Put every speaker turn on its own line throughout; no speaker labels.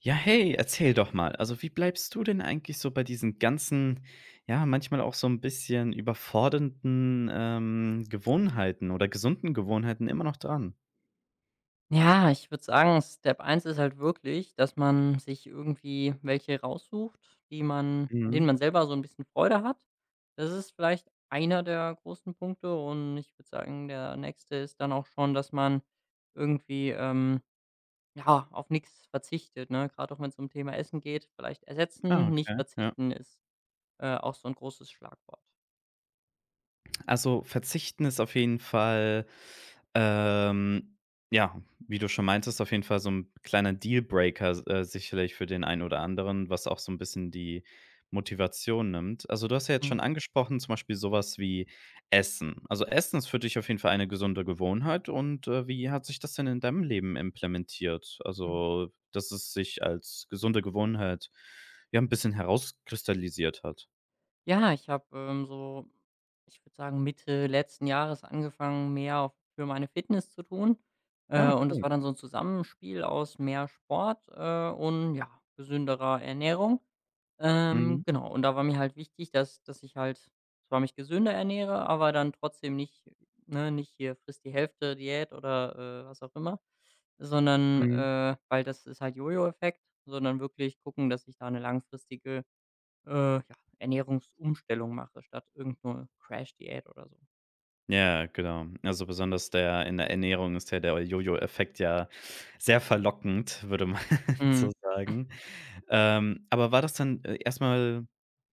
Ja, hey, erzähl doch mal. Also, wie bleibst du denn eigentlich so bei diesen ganzen, ja, manchmal auch so ein bisschen überfordernden, Gewohnheiten oder gesunden Gewohnheiten immer noch dran?
Ja, ich würde sagen, Step eins ist halt wirklich, dass man sich irgendwie welche raussucht, die man an denen
Mhm.
man selber so ein bisschen Freude hat. Das ist vielleicht einer der großen Punkte und ich würde sagen, der nächste ist dann auch schon, dass man irgendwie, ja, auf nichts verzichtet, ne? Gerade auch wenn es um Thema Essen geht, vielleicht
Ah,
ersetzen, nicht
okay, ja.
verzichten ist, auch so ein großes Schlagwort.
Also, verzichten ist auf jeden Fall, ähm, ja, wie du schon meintest, auf jeden Fall so ein kleiner Dealbreaker, s sicherlich für den einen oder anderen, was auch so ein bisschen die Motivation nimmt. Also, du hast ja jetzt schon angesprochen, zum Beispiel sowas wie Essen. Also, Essen ist für dich auf jeden Fall eine gesunde Gewohnheit und, wie hat sich das denn in deinem Leben implementiert?
Mhm.
Also, dass es sich als gesunde Gewohnheit, ja, ein bisschen herauskristallisiert hat.
Ja, ich habe, so ich würde sagen, Mitte letzten Jahres angefangen, mehr auf für meine Fitness zu tun. Äh,
Ja,
und das
cool.
war dann so ein Zusammenspiel aus mehr Sport, und, ja, gesünderer Ernährung.
Mhm,
Genau, und da war mir halt wichtig, dass ich halt zwar mich gesünder ernähre, aber dann trotzdem nicht ne, nicht hier frisst die Hälfte Diät“ oder, was auch immer, sondern,
mhm.
weil das ist halt Jojo-Effekt, sondern wirklich gucken, dass ich da eine langfristige ja, Ernährungsumstellung mache, statt irgend 'ne Crash-Diät oder so.
Ja, genau. Also, besonders der in der Ernährung ist ja der Jojo-Effekt ja sehr verlockend, würde man
Mhm.
so sagen. Aber war das dann, erst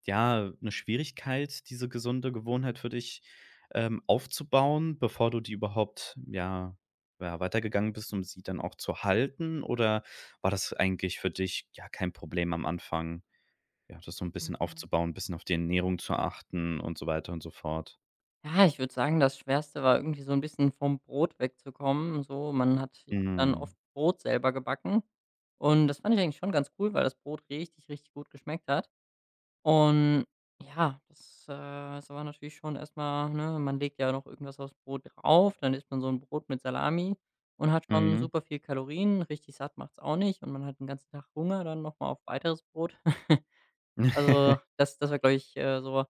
ja, eine Schwierigkeit, diese gesunde Gewohnheit für dich, aufzubauen, bevor du die überhaupt, ja ja, weitergegangen bist, um sie dann auch zu halten? Oder war das eigentlich für dich, ja, kein Problem am Anfang, ja, das so ein bisschen
Mhm.
aufzubauen, ein bisschen auf die Ernährung zu achten und so weiter und so fort?
Ja, ich würde sagen, das Schwerste war irgendwie so ein bisschen vom Brot wegzukommen, so. Man hat ich habe dann
Mhm.
oft Brot selber gebacken und das fand ich eigentlich schon ganz cool, weil das Brot richtig, richtig gut geschmeckt hat. Und ja, das, ist aber natürlich schon erstmal ne, man legt ja noch irgendwas aufs Brot drauf, dann isst man so ein Brot mit Salami und hat schon
Mhm.
super viel Kalorien. Richtig satt macht's auch nicht und man hat den ganzen Tag Hunger dann noch mal auf weiteres Brot. Also, das war, glaube ich, so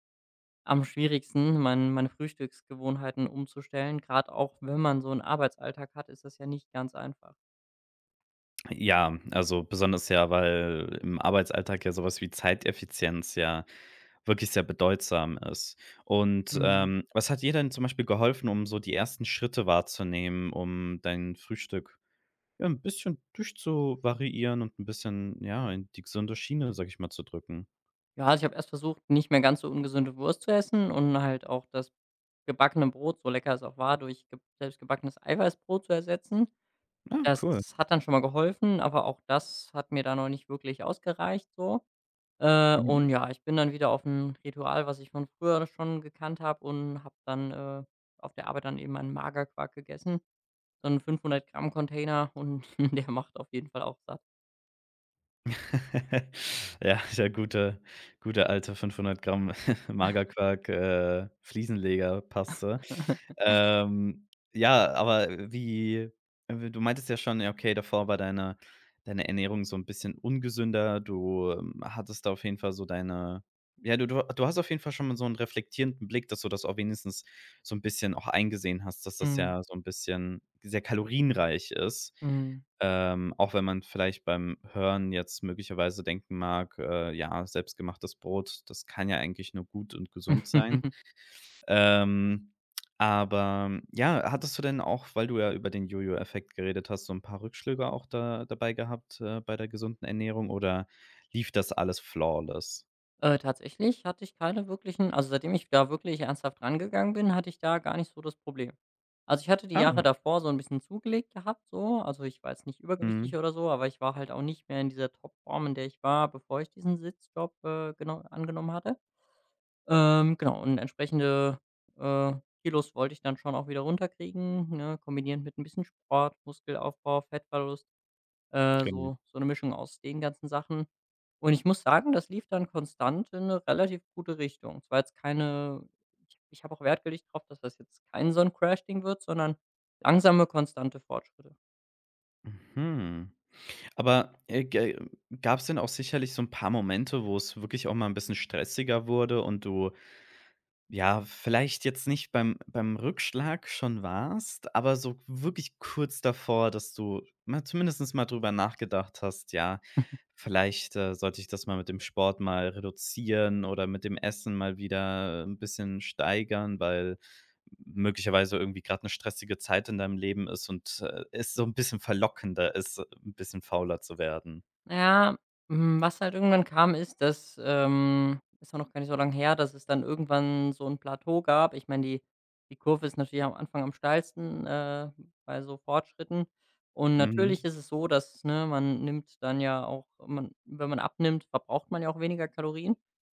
am schwierigsten, meine Frühstücksgewohnheiten umzustellen. Gerade auch, wenn man so einen Arbeitsalltag hat, ist das ja nicht ganz einfach.
Ja, also besonders ja, weil im Arbeitsalltag ja sowas wie Zeiteffizienz ja wirklich sehr bedeutsam ist. Und,
Mhm.
was hat dir denn zum Beispiel geholfen, um so die ersten Schritte wahrzunehmen, um dein Frühstück, ja, ein bisschen durchzuvariieren und ein bisschen, ja, in die gesunde Schiene, sag ich mal, zu drücken?
Ja, also ich habe erst versucht, nicht mehr ganz so ungesunde Wurst zu essen und halt auch das gebackene Brot, so lecker es auch war, durch ge selbstgebackenes Eiweißbrot zu ersetzen.
Ah,
Das
cool.
hat dann schon mal geholfen, aber auch das hat mir da noch nicht wirklich ausgereicht so. Äh,
Mhm.
und ja, ich bin dann wieder auf ein Ritual, was ich von früher schon gekannt habe und habe dann, auf der Arbeit dann eben meinen Magerquark gegessen. So 'n 500 Gramm Container und der macht auf jeden Fall auch satt.
Ja, der gute gute alte 500 Gramm Magerquark, Fliesenlegerpaste. Ja, aber wie w du meintest ja schon, ja, okay, davor war deine deine Ernährung so ein bisschen ungesünder. Du, hattest da auf jeden Fall so deine ja, du hast auf jeden Fall schon mal so einen reflektierenden Blick, dass du das auch wenigstens so ein bisschen auch eingesehen hast, dass das
Mhm,
ja so ein bisschen sehr kalorienreich ist.
mhm.
Auch wenn man vielleicht beim Hören jetzt möglicherweise denken mag, ja, selbstgemachtes Brot, das kann ja eigentlich nur gut und gesund sein. Ähm, aber hm, ja, hattest du denn auch, weil du ja über den Jojo-Effekt geredet hast, so ein paar Rückschläge auch da dabei gehabt, bei der gesunden Ernährung oder lief das alles flawless?
Tatsächlich hatte ich keine wirklichen also, seitdem ich da wirklich ernsthaft rangegangen bin, hatte ich da gar nicht so das Problem. Also, ich hatte die Jahre
Ah,
davor so ein bisschen zugelegt gehabt so. Also, ich war jetzt nicht
mhm,
übergewichtig oder so, aber ich war halt auch nicht mehr in dieser Topform, in der ich war, bevor ich diesen Sitzjob, genau angenommen hatte. Genau und entsprechende, äh, Kilos wollte ich dann schon auch wieder runterkriegen, ne, kombiniert mit ein bisschen Sport, Muskelaufbau, Fettverlust. Äh,
genau.
so so eine Mischung aus den ganzen Sachen. Und ich muss sagen, das lief dann konstant in eine relativ gute Richtung. Es war jetzt keine ich habe auch Wert gelegt drauf, dass das jetzt kein so ein Crash-Ding wird, sondern langsame, konstante Fortschritte.
Mhm. Aber, gä gab's denn auch sicherlich so ein paar Momente, wo es wirklich auch mal ein bisschen stressiger wurde und du ja, vielleicht jetzt nicht beim Rückschlag schon warst, aber so wirklich kurz davor, dass du mal zumindest mal drüber nachgedacht hast: „Ja, vielleicht, sollte ich das mal mit dem Sport mal reduzieren oder mit dem Essen mal wieder ein bisschen steigern“, weil möglicherweise irgendwie gerade eine stressige Zeit in deinem Leben ist und, es so ein bisschen verlockender ist, ein bisschen fauler zu werden.
Ja, was halt irgendwann kam, ist, dass ist auch noch gar nicht so lange her, dass es dann irgendwann so ein Plateau gab. Ich meine, die Kurve ist natürlich am Anfang am steilsten, bei so Fortschritten. Und
Mhm,
natürlich ist es so, dass, ne, man nimmt dann ja auch man wenn man abnimmt, verbraucht man ja auch weniger Kalorien.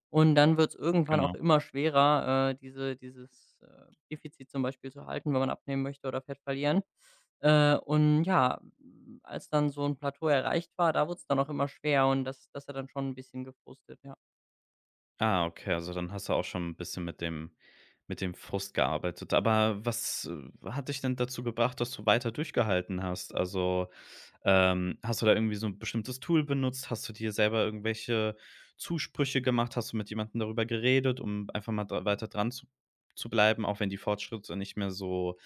Und dann wird es irgendwann auch
genau.
immer schwerer, dieses, Defizit zum Beispiel zu halten, wenn man abnehmen möchte oder Fett verlieren. Und ja, als dann so ein Plateau erreicht war, da wurde es dann auch immer schwer und das hat dann schon ein bisschen gefrustet, ja.
Ah, okay, also dann hast du auch schon ein bisschen mit dem Frust gearbeitet. Aber was, hat dich denn dazu gebracht, dass du weiter durchgehalten hast? Also, hast du da irgendwie so ein bestimmtes Tool benutzt? Hast du dir selber irgendwelche Zusprüche gemacht? Hast du mit jemandem darüber geredet, um einfach mal dra weiter dran zu bleiben, auch wenn die Fortschritte nicht mehr so,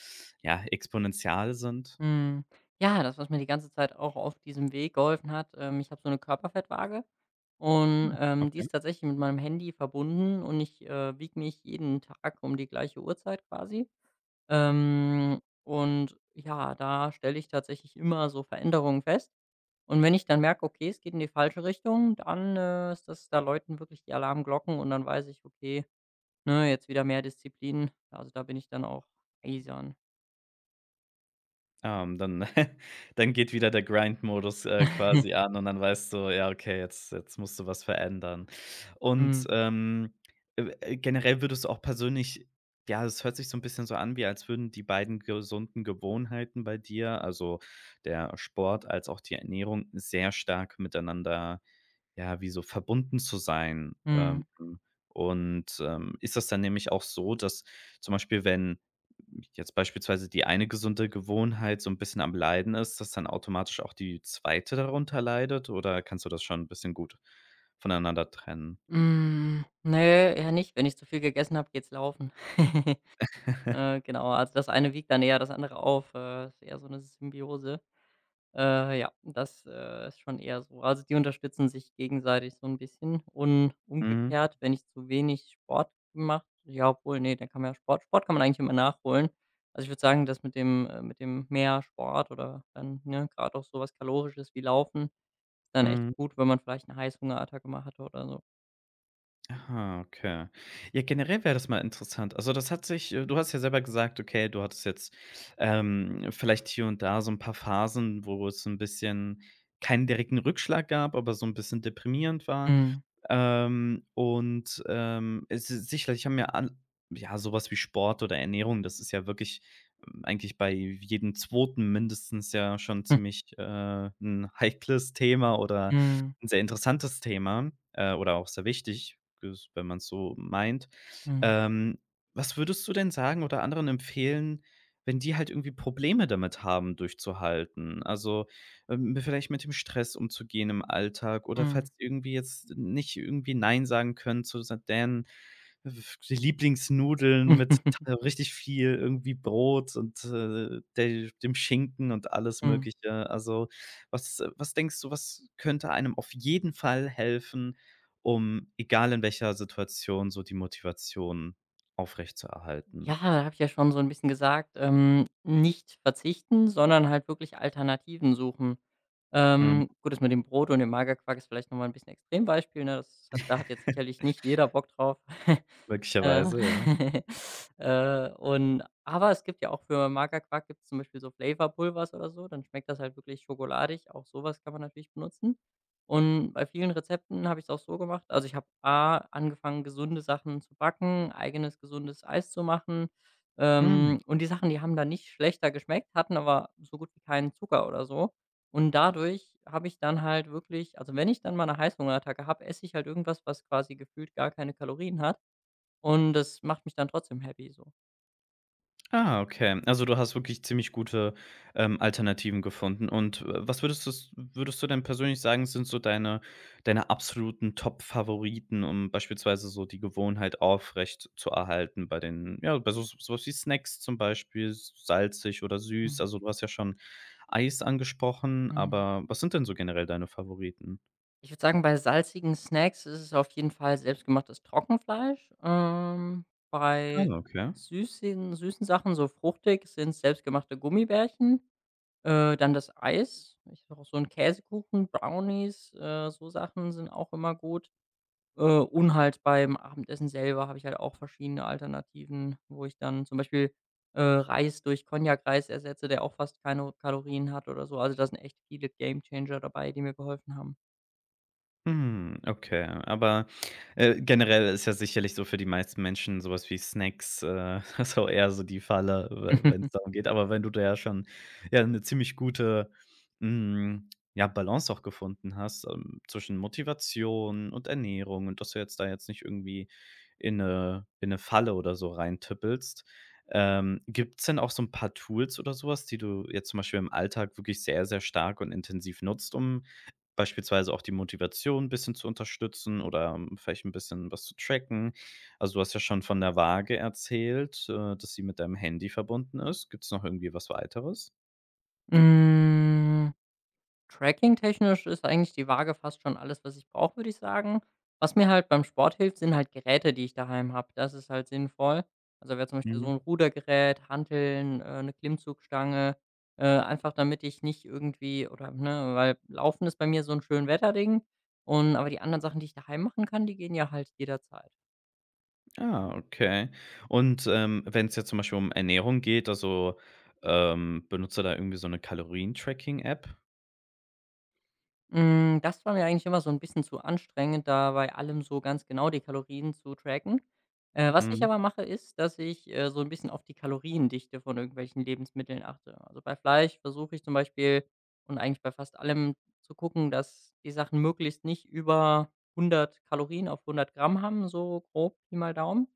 ja, exponentiell sind?
Mhm. Ja, das, was mir die ganze Zeit auch auf diesem Weg geholfen hat, ich habe so eine Körperfettwaage und, die ist tatsächlich mit meinem Handy verbunden und ich, wiege mich jeden Tag um die gleiche Uhrzeit quasi. Und ja, da stelle ich tatsächlich immer so Veränderungen fest. Und wenn ich dann merke, okay, es geht in die falsche Richtung, dann, ist das da läuten wirklich die Alarmglocken und dann weiß ich, okay, ne, jetzt wieder mehr Disziplin. Also, da bin ich dann auch eisern.
Dann dann geht wieder der Grind-Modus, quasi an und dann weißt du: „Ja, okay, jetzt musst du was verändern.“ Und,
Mhm.
generell würdest du auch persönlich ja, es hört sich so ein bisschen so an, wie als würden die beiden gesunden Gewohnheiten bei dir, also der Sport als auch die Ernährung, sehr stark miteinander, ja, wie so verbunden zu sein.
Mhm.
Und, ist das dann nämlich auch so, dass zum Beispiel, wenn jetzt beispielsweise die eine gesunde Gewohnheit so ein bisschen am Leiden ist, dass dann automatisch auch die zweite darunter leidet oder kannst du das schon ein bisschen gut voneinander trennen?
Hm, ne, eher nicht. Wenn ich zu viel gegessen habe, geht's laufen. Genau, also das eine wiegt dann eher das andere auf. Ist eher so eine Symbiose. Ja, das, ist schon eher so. Also, die unterstützen sich gegenseitig so ein bisschen und
Mhm,
umgekehrt, wenn ich zu wenig Sport gemacht ja, obwohl, nee dann kann man ja Sport kann man eigentlich immer nachholen. Also, ich würde sagen, dass mit dem mehr Sport oder dann, ne, grad auch sowas Kalorisches wie Laufen ist dann echt
mhm.
gut, wenn man vielleicht eine Heißhungerattacke mal hatte oder so.
Aha, okay. Ja, generell wäre das mal interessant. Also, das hat sich du hast ja selber gesagt, okay, du hattest jetzt, vielleicht hier und da so ein paar Phasen, wo es ein bisschen keinen direkten Rückschlag gab, aber so ein bisschen deprimierend war.
Mhm.
Und, es ist sicherlich haben mir an ja, sowas wie Sport oder Ernährung, das ist ja wirklich eigentlich bei jedem Zweiten mindestens ja schon ziemlich, 'n heikles Thema oder
Mhm.
'n sehr interessantes Thema, oder auch sehr wichtig, ges wenn man's so meint.
Mhm.
Ähm, Was würdest du denn sagen oder anderen empfehlen, wenn die halt irgendwie Probleme damit haben, durchzuhalten? Also vielleicht mit dem Stress umzugehen im Alltag oder falls
Mhm.
ihr irgendwie jetzt nicht irgendwie nein sagen können zu sa deren f Lieblingsnudeln mit t
Mhm.
richtig viel irgendwie Brot und, de dem Schinken und alles Mögliche. Also, was was denkst du, was könnte einem auf jeden Fall helfen, um, egal in welcher Situation, so die Motivation
Ja,
aufrechtzuerhalten?
da habe ich ja schon so ein bisschen gesagt, nicht verzichten, sondern halt wirklich Alternativen suchen.
Mhm.
Gut, das mit dem Brot und dem Magerquark ist vielleicht noch mal 'n bisschen Extrembeispiel, ne? Das hat da hat jetzt sicherlich nicht jeder Bock drauf. Äh,
Möglicherweise, ja.
aber es gibt ja auch für Magerquark gibt es zum Beispiel so Flavorpulvers oder so, dann schmeckt das halt wirklich schokoladig. Auch sowas kann man natürlich benutzen. Und bei vielen Rezepten habe ich es auch so gemacht. Also, ich habe A angefangen, gesunde Sachen zu backen, eigenes gesundes Eis zu machen.
Mhm.
Und die Sachen, die haben dann nicht schlechter geschmeckt, hatten aber so gut wie keinen Zucker oder so. Und dadurch habe ich dann halt wirklich also, wenn ich dann mal eine Heißhungerattacke habe, esse ich halt irgendwas, was quasi gefühlt gar keine Kalorien hat. Und das macht mich dann trotzdem happy so.
Ah, okay. Also, du hast wirklich ziemlich gute, Alternativen gefunden. Und, was würdest du's würdest du denn persönlich sagen, sind so deine deine absoluten Top-Favoriten, um beispielsweise so die Gewohnheit aufrecht zu erhalten bei den ja, bei so so was wie Snacks zum Beispiel, s salzig oder süß.
Mhm,
Also, du hast ja schon Eis angesprochen,
mhm.
aber was sind denn so generell deine Favoriten?
Ich würde sagen, bei salzigen Snacks ist es auf jeden Fall selbstgemachtes Trockenfleisch.
Ah,
Bei
okay.
süßen Sachen, so fruchtig, sind's selbstgemachte Gummibärchen, dann das Eis. Ich habe auch so 'n Käsekuchen, Brownies, so Sachen sind auch immer gut. Und halt beim Abendessen selber habe ich halt auch verschiedene Alternativen, wo ich dann zum Beispiel, Reis durch Cognac-Reis ersetze, der auch fast keine Kalorien hat oder so. Also, da sind echt viele Gamechanger dabei, die mir geholfen haben.
Hm, okay. Aber, generell ist ja sicherlich so für die meisten Menschen sowas wie Snacks, so eher so die Falle, wenn es darum geht. Aber wenn du da ja schon, ja, eine ziemlich gute, hm, ja, Balance auch gefunden hast, zwischen Motivation und Ernährung und dass du jetzt da jetzt nicht irgendwie in eine Falle oder so reintippelst. Gibt's denn auch so ein paar Tools oder sowas, die du jetzt zum Beispiel im Alltag wirklich sehr, sehr stark und intensiv nutzt, um beispielsweise auch die Motivation ein bisschen zu unterstützen oder, vielleicht ein bisschen was zu tracken. Also, du hast ja schon von der Waage erzählt, dass sie mit deinem Handy verbunden ist. Gibt es noch irgendwie was weiteres?
Hm. Tracking-technisch ist eigentlich die Waage fast schon alles, was ich brauche, würde ich sagen. Was mir halt beim Sport hilft, sind halt Geräte, die ich daheim habe. Das ist halt sinnvoll. Also wäre zum Beispiel so
Mhm.
ein Rudergerät, Hanteln, 'ne Klimmzugstange, einfach damit ich nicht irgendwie oder ne, weil Laufen ist bei mir so ein schön Wetterding. Und aber die anderen Sachen, die ich daheim machen kann, die gehen ja halt jederzeit.
Ah, okay. Und, wenn es jetzt zum Beispiel um Ernährung geht, also, benutzt du da irgendwie so eine Kalorien-Tracking-App?
Hm, das war mir eigentlich immer so ein bisschen zu anstrengend, da bei allem so ganz genau die Kalorien zu tracken. Was ich
Mhm.
aber mache, ist, dass ich, so ein bisschen auf die Kaloriendichte von irgendwelchen Lebensmitteln achte. Also, bei Fleisch versuche ich zum Beispiel und eigentlich bei fast allem zu gucken, dass die Sachen möglichst nicht über 100 Kalorien auf 100 Gramm haben, so grob, Pi mal Daumen.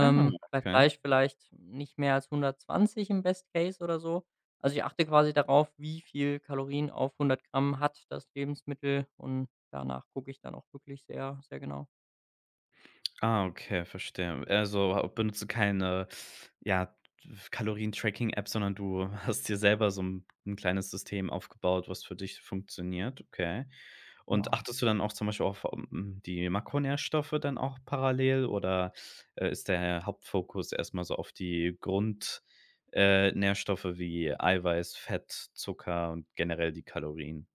Ah,
Bei
okay.
Fleisch vielleicht nicht mehr als 120 im Best Case oder so. Also, ich achte quasi darauf, wie viel Kalorien auf 100 Gramm hat das Lebensmittel und danach gucke ich dann auch wirklich sehr, sehr genau.
Ah, okay, verstehe. Also, benutzt du keine, ja, Kalorien-Tracking-App, sondern du hast dir selber so ein 'n kleines System aufgebaut, was für dich funktioniert, okay. Und
Ja.
achtest du dann auch zum Beispiel auf, hm, die Makronährstoffe dann auch parallel oder, ist der Hauptfokus erstmal so auf die Grundnährstoffe Nährstoffe wie Eiweiß, Fett, Zucker und generell die Kalorien?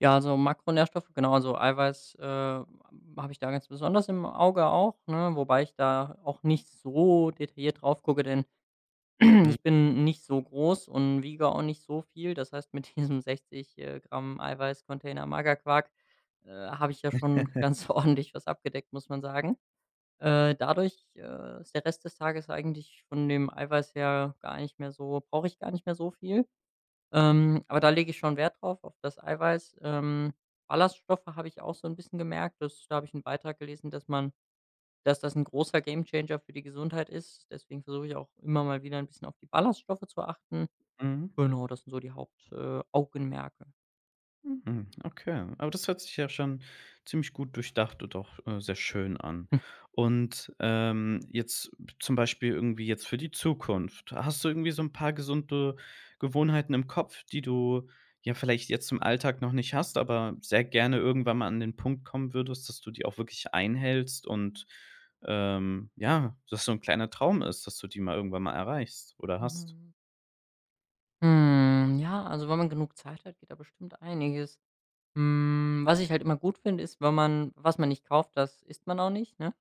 Ja, also, Makronährstoffe, genau, also, Eiweiß, habe ich da ganz besonders im Auge auch, ne? Wobei ich da auch nicht so detailliert drauf gucke, denn
Mhm.
ich bin nicht so groß und wiege auch nicht so viel. Das heißt, mit diesem 60, Gramm Eiweißcontainer Magerquark, habe ich ja schon ganz ordentlich was abgedeckt, muss man sagen. Dadurch ist der Rest des Tages eigentlich von dem Eiweiß her gar nicht mehr so brauche ich gar nicht mehr so viel. Aber da lege ich schon Wert drauf, auf das Eiweiß. Ballaststoffe habe ich auch so ein bisschen gemerkt, das da habe ich 'n Beitrag gelesen, dass man dass das ein großer Gamechanger für die Gesundheit ist. Deswegen versuche ich auch immer mal wieder ein bisschen auf die Ballaststoffe zu achten.
Mhm.
Genau, das sind so die Hauptaugenmerke. Augenmerke.
Mhm, okay. Aber das hört sich ja schon ziemlich gut durchdacht und auch, sehr schön an.
Hm.
Und, jetzt zum Beispiel irgendwie jetzt für die Zukunft. Hast du irgendwie so ein paar gesunde Gewohnheiten im Kopf, die du ja vielleicht jetzt im Alltag noch nicht hast, aber sehr gerne irgendwann mal an den Punkt kommen würdest, dass du die auch wirklich einhältst und, ja, dass so ein kleiner Traum ist, dass du die mal irgendwann mal erreichst oder hast?
Mhm. Hm, ja, also, wenn man genug Zeit hat, geht da bestimmt einiges. Hm, was ich halt immer gut finde, ist, wenn man was man nicht kauft, das isst man auch nicht, ne?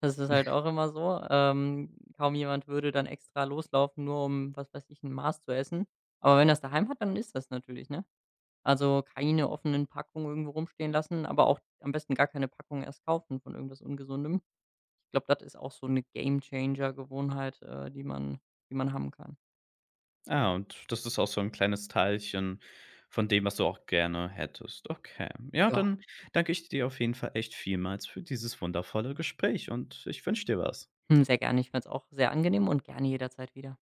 Das ist halt auch immer so. Kaum jemand würde dann extra loslaufen, nur um, was weiß ich, 'n Mars zu essen. Aber wenn das daheim hat, dann ist das natürlich, ne? Also, keine offenen Packungen irgendwo rumstehen lassen, aber auch am besten gar keine Packung erst kaufen von irgendwas Ungesundem. Ich glaube, das ist auch so eine game changer gewohnheit die man haben kann.
Ah, und das ist auch so 'n kleines Teilchen von dem, was du auch gerne hättest. Okay. Ja,
Ja.
dann danke ich dir auf jeden Fall echt vielmals für dieses wundervolle Gespräch und ich wünsche dir was.
Hm, sehr gerne. Ich fand's auch sehr angenehm und gerne jederzeit wieder.